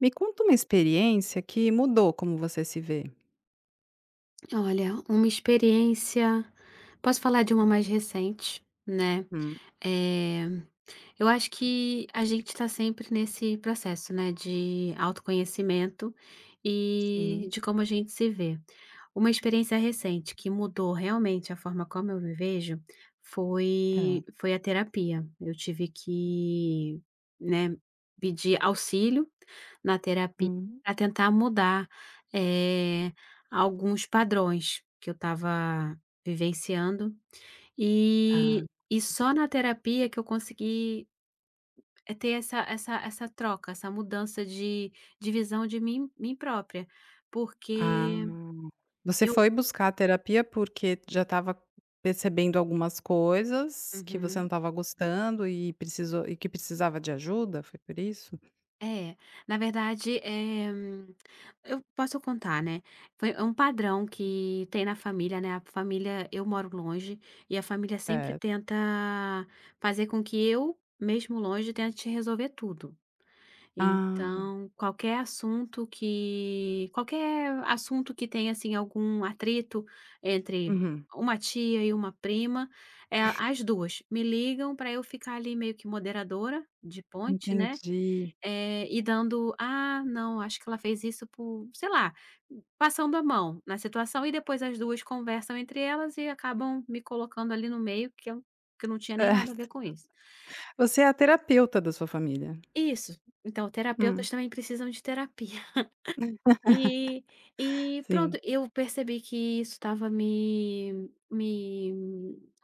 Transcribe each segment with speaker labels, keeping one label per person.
Speaker 1: Me conta uma experiência que mudou como você se vê.
Speaker 2: Olha, uma experiência posso falar de uma mais recente, né,
Speaker 1: Hum,
Speaker 2: eh eu acho que a gente está sempre nesse processo, né, de autoconhecimento e
Speaker 1: sim.
Speaker 2: de como a gente se vê. Uma experiência recente que mudou realmente a forma como eu me vejo
Speaker 1: Hã.
Speaker 2: foi a terapia. Eu tive que, né, pedir auxílio na terapia
Speaker 1: Hum.
Speaker 2: para tentar mudar, eh, alguns padrões que eu estava vivenciando,
Speaker 1: Ah,
Speaker 2: e só na terapia que eu consegui é ter essa troca, essa mudança de visão de mim própria,
Speaker 1: ah.
Speaker 2: porque
Speaker 1: Você
Speaker 2: eu
Speaker 1: foi buscar a terapia porque já estava percebendo algumas coisas que você não
Speaker 2: uhum.
Speaker 1: estava gostando e que precisava de ajuda? Foi por isso?
Speaker 2: É, na verdade, eu posso contar, né, foi é um padrão que tem na família, né, a família eu moro longe, e a família sempre
Speaker 1: Certo.
Speaker 2: tenta fazer com que eu, mesmo longe, tente resolver tudo.
Speaker 1: Ah.
Speaker 2: Então, qualquer assunto que tenha, assim, algum atrito entre
Speaker 1: Uhum.
Speaker 2: uma tia e uma prima, as 2 me ligam para eu ficar ali meio que moderadora, de ponte, né,
Speaker 1: Entendi.
Speaker 2: e dando: "Ah, não, acho que ela fez isso por", sei lá, passando a mão na situação e depois as 2 conversam entre elas e acabam me colocando ali no meio que eu não tinha nem nada a ver
Speaker 1: Certo.
Speaker 2: com isso.
Speaker 1: Você é a terapeuta da sua família?
Speaker 2: Isso, então terapeutas
Speaker 1: Hum.
Speaker 2: também precisam de terapia. E pronto,
Speaker 1: Sim.
Speaker 2: eu percebi que isso estava me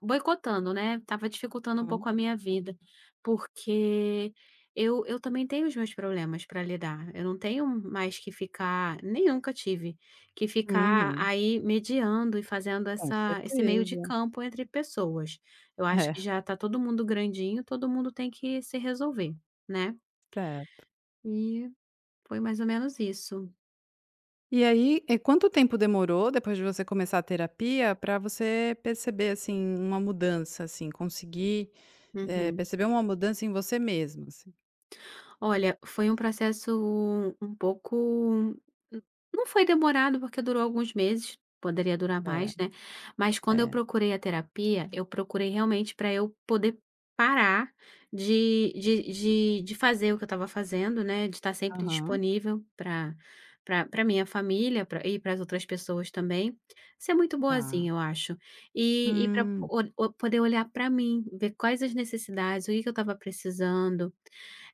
Speaker 2: boicotando, né. Tava dificultando um
Speaker 1: Hã.
Speaker 2: pouco a minha vida, porque eu também tenho os meus problemas para lidar, eu não tenho mais que ficar nem nunca tive, que ficar
Speaker 1: Uhum.
Speaker 2: aí mediando e fazendo
Speaker 1: Com
Speaker 2: essa esse meio de
Speaker 1: certeza.
Speaker 2: campo entre pessoas. Eu acho
Speaker 1: É,
Speaker 2: que já tá todo mundo grandinho, todo mundo tem que se resolver, né.
Speaker 1: certo.
Speaker 2: E foi mais ou menos isso.
Speaker 1: E aí, quanto tempo demorou depois de você começar a terapia para você perceber, assim, uma mudança, assim, conseguir,
Speaker 2: Uhum.
Speaker 1: perceber uma mudança em você mesmo? Assim?
Speaker 2: Olha, foi um processo um pouco não foi demorado, porque durou alguns meses, poderia durar
Speaker 1: É,
Speaker 2: mais, né, mas quando eu
Speaker 1: é.
Speaker 2: procurei a terapia, eu procurei realmente para eu poder parar de fazer o que eu estava fazendo, né, de estar sempre
Speaker 1: Aham,
Speaker 2: disponível para pra minha família, pra e para as outras pessoas também, ser muito
Speaker 1: tá.
Speaker 2: boazinha, eu acho. E pra
Speaker 1: Hum,
Speaker 2: poder olhar para mim, ver quais as necessidades, o que que eu estava precisando,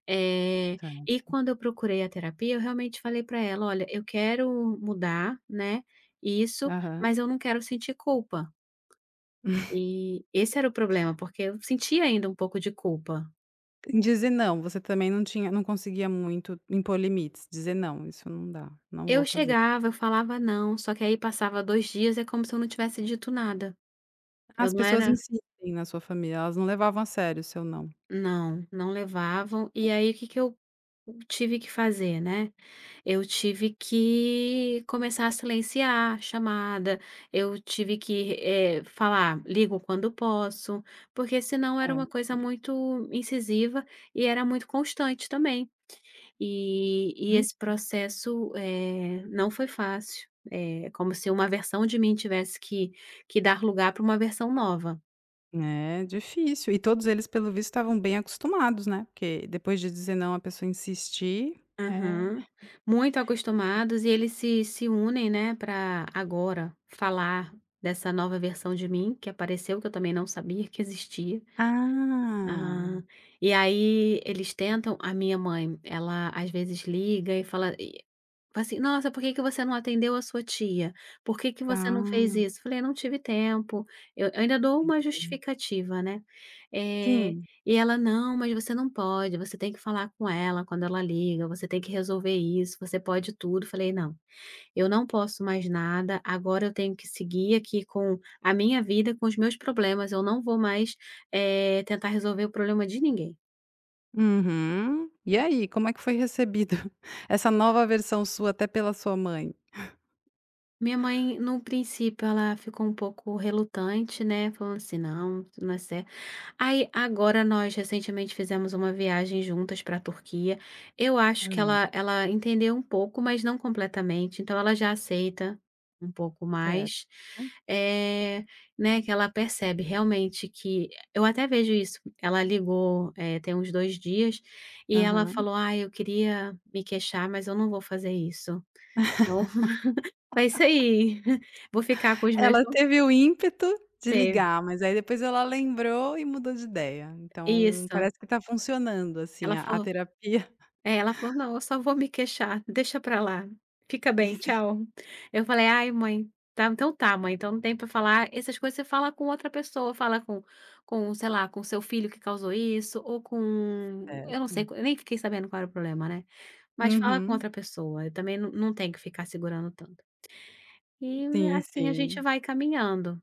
Speaker 2: eh,
Speaker 1: tá.
Speaker 2: e quando eu procurei a terapia, eu realmente falei para ela: "Olha, eu quero mudar, né, isso,
Speaker 1: Aham.
Speaker 2: mas eu não quero sentir culpa". E esse era o problema, porque eu sentia ainda um pouco de culpa.
Speaker 1: Em dizer não, você também não conseguia muito impor limites, dizer: "Não, isso não dá, não vou
Speaker 2: Eu
Speaker 1: fazer".
Speaker 2: chegava, eu falava "não", só que aí passava 2 dias, é como se eu não tivesse dito nada. Eu
Speaker 1: As
Speaker 2: não
Speaker 1: pessoas
Speaker 2: era
Speaker 1: insistem na sua família, elas não levavam a sério o seu não.
Speaker 2: não, não levavam. E aí, o que que eu tive que fazer, né. Eu tive que começar a silenciar a chamada, eu tive que, falar: "Ligo quando posso", porque senão era uma coisa muito incisiva e era muito constante também. E
Speaker 1: É.
Speaker 2: esse processo, não foi fácil. É como se uma versão de mim tivesse que dar lugar para uma versão nova.
Speaker 1: É, difícil. E todos eles, pelo visto, estavam bem acostumados, né, porque depois de dizer não, a pessoa insistir, é.
Speaker 2: Aham. Muito acostumados e eles se unem, né, para agora falar dessa nova versão de mim que apareceu, que eu também não sabia que existia.
Speaker 1: Ah,
Speaker 2: Ah, e aí eles tentam a minha mãe, ela às vezes liga e fala assim: "Nossa, por que que você não atendeu a sua tia? Por que que
Speaker 1: tá,
Speaker 2: você não fez isso?" Falei: "Não tive tempo". Eu ainda dou uma
Speaker 1: entendi.
Speaker 2: justificativa, né. Eh,
Speaker 1: Sim.
Speaker 2: e ela: "Não, mas você não pode, você tem que falar com ela quando ela liga, você tem que resolver isso, você pode tudo". Falei: "Não, eu não posso mais nada, agora eu tenho que seguir aqui com a minha vida, com os meus problemas, eu não vou mais, tentar resolver o problema de ninguém".
Speaker 1: Uhum. E aí, como é que foi recebido essa nova versão sua até pela sua mãe?
Speaker 2: Minha mãe, no princípio, ela ficou um pouco relutante, né, falando assim: "Não, isso não é certo". Aí, agora nós recentemente fizemos uma viagem juntas para a Turquia. Eu acho que
Speaker 1: Hã,
Speaker 2: ela entendeu um pouco, mas não completamente, então ela já aceita um pouco mais,
Speaker 1: certo.
Speaker 2: eh, né, que ela percebe realmente que eu até vejo isso, ela ligou, tem uns 2 dias, e ela
Speaker 1: Aham.
Speaker 2: falou: "Ah, eu queria me queixar, mas eu não vou fazer isso". Então, foi isso aí. Vou ficar com os meus
Speaker 1: Ela
Speaker 2: não
Speaker 1: teve o ímpeto de
Speaker 2: teve.
Speaker 1: ligar, mas aí depois ela lembrou e mudou de ideia. Então
Speaker 2: Isso.
Speaker 1: parece que tá funcionando,
Speaker 2: Ela
Speaker 1: assim, a
Speaker 2: falou
Speaker 1: terapia.
Speaker 2: é, ela falou: "Não, eu só vou me queixar, deixa pra lá. Fica bem,
Speaker 1: Entendi.
Speaker 2: tchau". Eu falei: "Ai mãe, tá, então tá mãe, então não tem pra falar essas coisas você fala com outra pessoa, fala com, sei lá, com seu filho que causou isso ou com". Eu não
Speaker 1: Certo.
Speaker 2: sei, eu nem fiquei sabendo qual era o problema, né. Mas fala com
Speaker 1: Uhum.
Speaker 2: outra pessoa, eu também não tenho que ficar segurando tanto. E
Speaker 1: Sim,
Speaker 2: assim a gente
Speaker 1: sim.
Speaker 2: vai caminhando.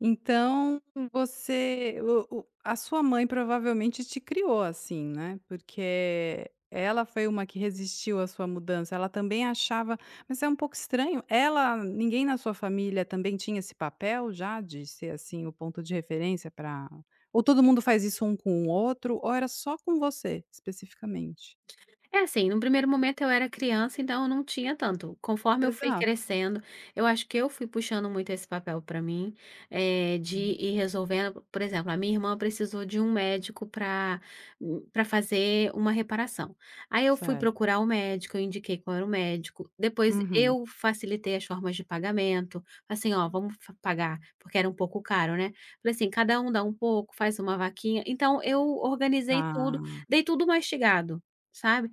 Speaker 1: Então você o a sua mãe provavelmente te criou assim, né, porque ela foi uma que resistiu à sua mudança, ela também achava, mas é um pouco estranho, ela ninguém na sua família também tinha esse papel já de ser, assim, o ponto de referência para. Ou todo mundo faz isso um com o outro, ou era só com você, especificamente?
Speaker 2: É assim, no primeiro momento eu era criança, então eu não tinha tanto. Conforme eu fui
Speaker 1: Exato.
Speaker 2: crescendo, eu acho que eu fui puxando muito esse papel para mim, de ir resolvendo. Por exemplo, a minha irmã precisou de um médico para fazer uma reparação. Aí eu fui
Speaker 1: Certo.
Speaker 2: procurar o médico, eu indiquei qual era o médico. Depois
Speaker 1: Uhum.
Speaker 2: eu facilitei as formas de pagamento. Assim, ó, pagar, porque era um pouco caro, né? Falei assim, cada um dá um pouco, faz uma vaquinha. Então eu organizei tudo,
Speaker 1: Tá.
Speaker 2: dei tudo mastigado. Sabe?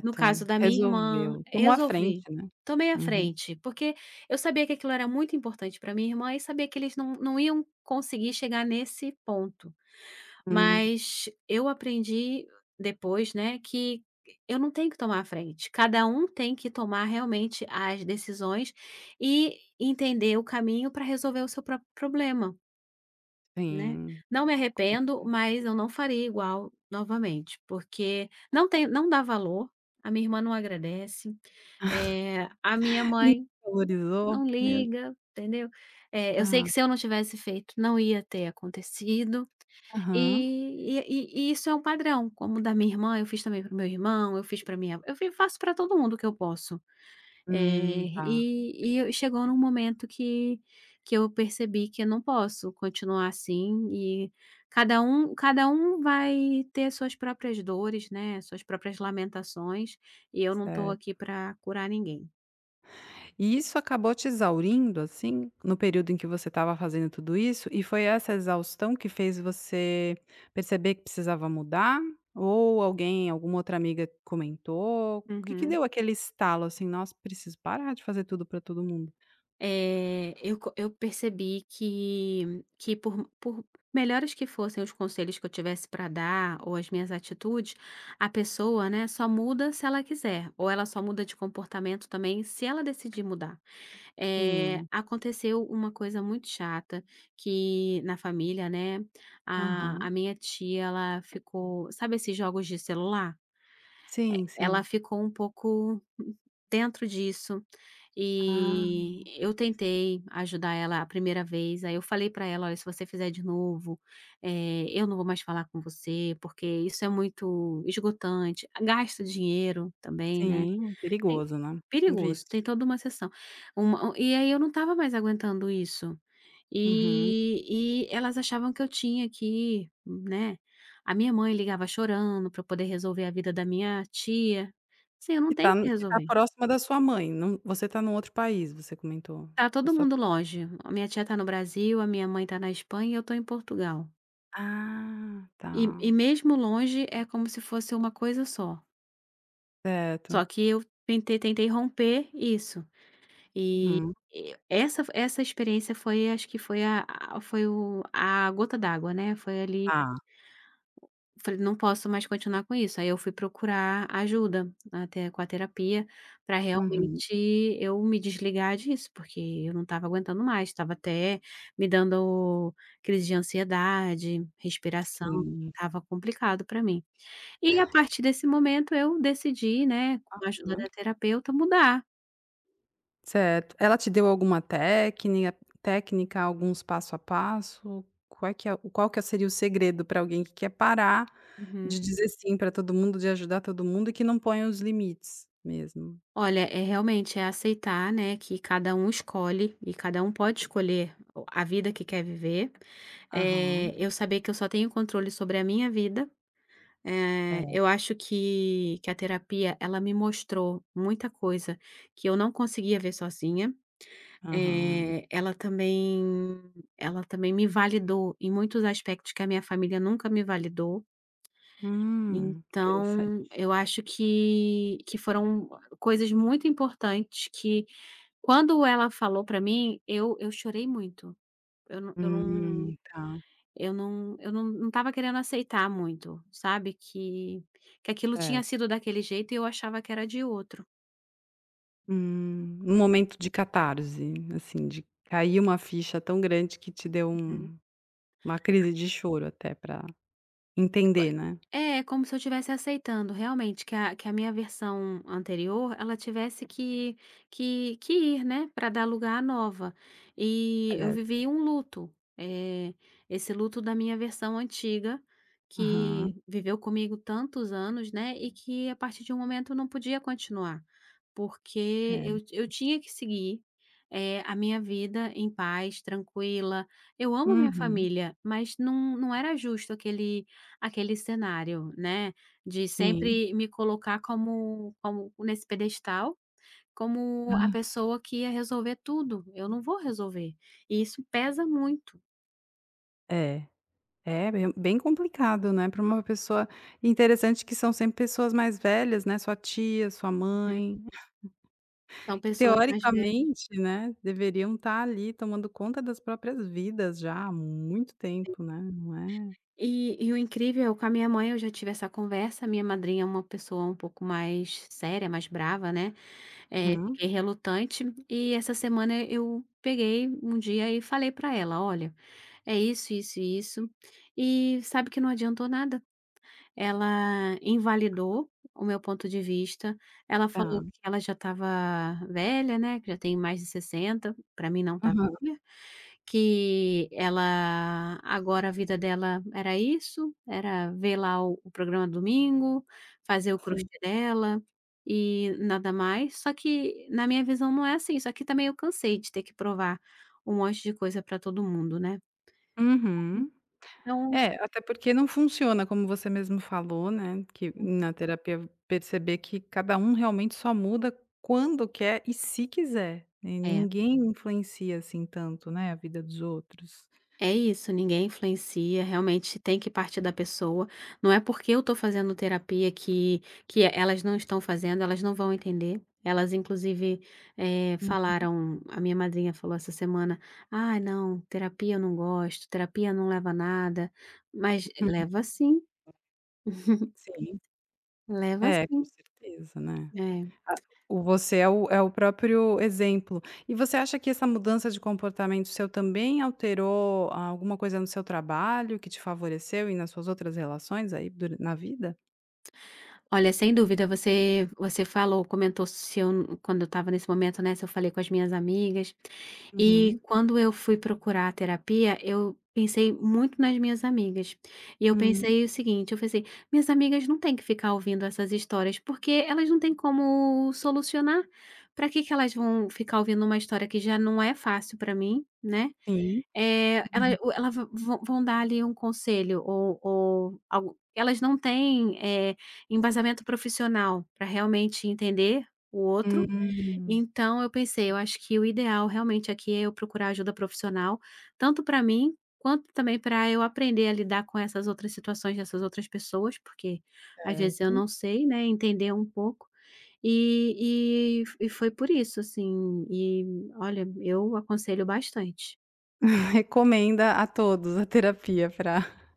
Speaker 2: No caso da minha irmã,
Speaker 1: resolveu. Tomou a frente,
Speaker 2: resolvi.
Speaker 1: né.
Speaker 2: Tomei a
Speaker 1: Uhum.
Speaker 2: frente, porque eu sabia que aquilo era muito importante para minha irmã e sabia que eles não iam conseguir chegar nesse ponto.
Speaker 1: Hum,
Speaker 2: Mas eu aprendi depois, né, que eu não tenho que tomar a frente, cada um tem que tomar realmente as decisões e entender o caminho para resolver o seu próprio problema. Né.
Speaker 1: sim.
Speaker 2: Não me arrependo, mas eu não faria igual novamente, porque não tem não dá valor, a minha irmã não agradece, a minha
Speaker 1: Me
Speaker 2: mãe
Speaker 1: valorizou?
Speaker 2: não
Speaker 1: Mesmo.
Speaker 2: liga, entendeu. Eu sei
Speaker 1: Tá.
Speaker 2: que se eu não tivesse feito, não ia ter acontecido,
Speaker 1: Aham.
Speaker 2: e isso é um padrão, como o da minha irmã, eu fiz também para o meu irmão, eu fiz para minha eu fi faço para todo mundo o que eu posso.
Speaker 1: Tá,
Speaker 2: E chegou num momento que eu percebi que eu não posso continuar assim e cada um vai ter suas próprias dores, né, suas próprias lamentações, e eu não estou aqui
Speaker 1: certo.
Speaker 2: para curar ninguém.
Speaker 1: E isso acabou te exaurindo, assim, no período em que você estava fazendo tudo isso? E foi essa exaustão que fez você perceber que precisava mudar? Ou alguém, alguma outra amiga comentou? O que que
Speaker 2: Uhum.
Speaker 1: deu aquele estalo, assim: "Nossa, preciso parar de fazer tudo pra todo mundo"?
Speaker 2: Eu percebi que por melhores que fossem os conselhos que eu tivesse para dar ou as minhas atitudes, a pessoa, né, só muda se ela quiser, ou ela só muda de comportamento também se ela decidir mudar.
Speaker 1: Sim.
Speaker 2: Aconteceu uma coisa muito chata que na família, né,
Speaker 1: Aham.
Speaker 2: a minha tia ela ficou sabe esses jogos de celular?
Speaker 1: Sim,
Speaker 2: Ela
Speaker 1: sim.
Speaker 2: ficou um pouco dentro disso,
Speaker 1: Ah,
Speaker 2: e eu tentei ajudar ela a primeira vez, aí eu falei pra ela: "Olha, se você fizer de novo, eu não vou mais falar com você, porque isso é muito esgotante, gasta dinheiro também, né".
Speaker 1: sim,
Speaker 2: Tem
Speaker 1: perigoso, né, um
Speaker 2: perigoso,
Speaker 1: vício.
Speaker 2: tem toda uma sessão. Uma e aí eu não estava mais aguentando isso.
Speaker 1: Uhum.
Speaker 2: E elas achavam que eu tinha que, né, a minha mãe ligava chorando para poder resolver a vida da minha tia. Sim, eu não tenho o que
Speaker 1: Que tá
Speaker 2: resolver.
Speaker 1: próxima da sua mãe, não, você tá num outro país, você comentou,
Speaker 2: Tá
Speaker 1: da
Speaker 2: todo
Speaker 1: sua,
Speaker 2: mundo longe, a minha tia tá no Brasil, a minha mãe tá na Espanha e eu tô em Portugal.
Speaker 1: ah, tá,
Speaker 2: E mesmo longe é como se fosse uma coisa só,
Speaker 1: certo.
Speaker 2: só que eu tentei romper isso. E
Speaker 1: Uhum,
Speaker 2: essa experiência foi acho que foi a foi o a gota d'água, né, foi ali
Speaker 1: tá.
Speaker 2: falei: "Não posso mais continuar com isso". Aí eu fui procurar ajuda até com a terapia para
Speaker 1: Uhum,
Speaker 2: realmente eu me desligar disso, porque eu não estava aguentando mais, estava até me dando crise de ansiedade, respiração,
Speaker 1: sim,
Speaker 2: estava complicado para mim. E a partir desse momento eu decidi, né, com a ajuda
Speaker 1: uhum.
Speaker 2: da terapeuta, mudar.
Speaker 1: Certo. Ela te deu alguma técnica, alguns passo a passo? Qual que seria o segredo para alguém que quer parar de
Speaker 2: Uhum.
Speaker 1: dizer sim para todo mundo, de ajudar todo mundo e que não ponha os limites mesmo?
Speaker 2: Olha, é realmente é aceitar, né, que cada um escolhe e cada um pode escolher a vida que quer viver.
Speaker 1: Aham,
Speaker 2: É, eu saber que eu só tenho controle sobre a minha vida. É,
Speaker 1: é,
Speaker 2: eu acho que a terapia ela me mostrou muita coisa que eu não conseguia ver sozinha.
Speaker 1: aham.
Speaker 2: É, ela também me validou em muitos aspectos que a minha família nunca me validou.
Speaker 1: Interessante.
Speaker 2: Então, eu acho que foram coisas muito importantes que quando ela falou pra mim, eu chorei muito. Eu não eu não
Speaker 1: Tá,
Speaker 2: eu não estava querendo aceitar muito, sabe, que aquilo tinha
Speaker 1: certo.
Speaker 2: sido daquele jeito e eu achava que era de outro.
Speaker 1: Um momento de catarse, assim, de cair uma ficha tão grande que te deu
Speaker 2: Uhum.
Speaker 1: um uma crise de choro até pra entender, né.
Speaker 2: É, como se eu estivesse aceitando realmente que a minha versão anterior, ela tivesse que ir, né, para dar lugar à nova. E eu
Speaker 1: Certo.
Speaker 2: vivi um luto, é esse luto da minha versão antiga,
Speaker 1: Aham,
Speaker 2: que viveu comigo tantos anos, né, e que a partir de um momento eu não podia continuar, porque
Speaker 1: certo.
Speaker 2: eu tinha que seguir, é a minha vida em paz, tranquila. Eu amo a minha
Speaker 1: Uhum,
Speaker 2: família, mas não era justo aquele cenário, né, de
Speaker 1: sim.
Speaker 2: sempre me colocar como nesse pedestal, como a
Speaker 1: Ah,
Speaker 2: pessoa que ia resolver tudo, eu não vou resolver, e isso pesa muito.
Speaker 1: é. Bem complicado, né, para uma pessoa. Interessante que são sempre pessoas mais velhas, né, sua tia, sua
Speaker 2: Uhum.
Speaker 1: mãe.
Speaker 2: São
Speaker 1: Que
Speaker 2: pessoas mais velhas
Speaker 1: teoricamente, né, deveriam estar ali tomando conta das próprias vidas já há muito tempo, né, não é?
Speaker 2: e o incrível com a minha mãe eu já tive essa conversa, minha madrinha é uma pessoa um pouco mais séria, mais brava, né,
Speaker 1: Uhum,
Speaker 2: fiquei relutante, e essa semana eu peguei um dia e falei pra ela: "Olha, é isso, isso e isso", e sabe que não adiantou nada. Ela invalidou o meu ponto de vista, ela falou
Speaker 1: tá.
Speaker 2: que ela já estava velha, né, que já tem mais de 60. Para mim não tá
Speaker 1: Aham,
Speaker 2: velha, que ela agora a vida dela era isso, era ver lá o programa domingo, fazer o crochê
Speaker 1: sim.
Speaker 2: dela e nada mais. Só que na minha visão não é assim, só que também eu cansei de ter que provar um monte de coisa para todo mundo, né.
Speaker 1: Uhum.
Speaker 2: Então
Speaker 1: É, até porque não funciona, como você mesmo falou, né, que na terapia perceber que cada um realmente só muda quando quer e se quiser, né,
Speaker 2: é.
Speaker 1: ninguém influencia assim tanto, né, a vida dos outros.
Speaker 2: É isso, ninguém influencia, realmente tem que partir da pessoa. Não é porque eu estou fazendo terapia que elas não estão fazendo, elas não vão entender. Elas inclusive, eh, falaram a minha madrinha falou essa semana: "Ah, não, terapia eu não gosto, terapia não leva a nada", mas
Speaker 1: Uhum,
Speaker 2: leva sim,
Speaker 1: sim.
Speaker 2: leva
Speaker 1: É, com
Speaker 2: sim.
Speaker 1: certeza, né.
Speaker 2: É.
Speaker 1: Ah, o você é o próprio exemplo. E você acha que essa mudança de comportamento seu também alterou alguma coisa no seu trabalho que te favoreceu e nas suas outras relações aí dura na vida?
Speaker 2: Olha, sem dúvida, você você falou comentou se eu quando eu estava nesse momento, né, se eu falei com as minhas amigas. E
Speaker 1: Uhum.
Speaker 2: quando eu fui procurar a terapia, eu pensei muito nas minhas amigas. E
Speaker 1: Hum,
Speaker 2: eu pensei: "Minhas amigas não têm que ficar ouvindo essas histórias, porque elas não têm como solucionar. Para que que elas vão ficar ouvindo uma história que já não é fácil para mim, né?
Speaker 1: sim.
Speaker 2: Ela
Speaker 1: Uhum.
Speaker 2: o ela va vão vão dar ali um conselho ou algo, elas não têm, embasamento profissional para realmente entender o outro,
Speaker 1: Hum,
Speaker 2: então eu pensei, eu acho que o ideal realmente aqui é eu procurar ajuda profissional, tanto para mim, quanto também para eu aprender a lidar com essas outras situações dessas outras pessoas, porque às vezes eu
Speaker 1: certo.
Speaker 2: não sei, né, entender um pouco. E foi por isso, assim, e olha, eu aconselho bastante.
Speaker 1: Recomenda a todos a terapia para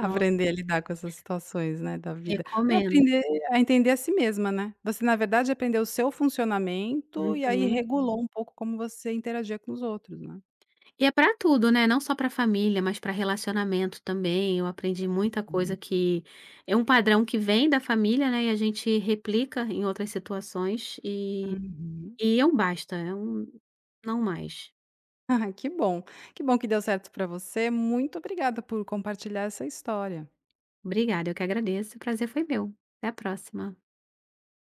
Speaker 2: Nossa,
Speaker 1: a lidar com essas situações, né, da vida. Para
Speaker 2: recomendo.
Speaker 1: aprender a entender a si mesma, né. Você, na verdade, aprendeu o seu funcionamento e aí
Speaker 2: Uhum.
Speaker 1: regulou um pouco como você interagia com os outros, né.
Speaker 2: E é pra tudo, né, não só pra família, mas pra relacionamento também, eu aprendi muita coisa
Speaker 1: Uhum.
Speaker 2: que é um padrão que vem da família, né, e a gente replica em outras situações, e é um basta, é um não mais.
Speaker 1: Ai, que bom. Que bom que deu certo para você. Muito obrigada por compartilhar essa história.
Speaker 2: Obrigada, eu que agradeço, o prazer foi meu. Até a próxima.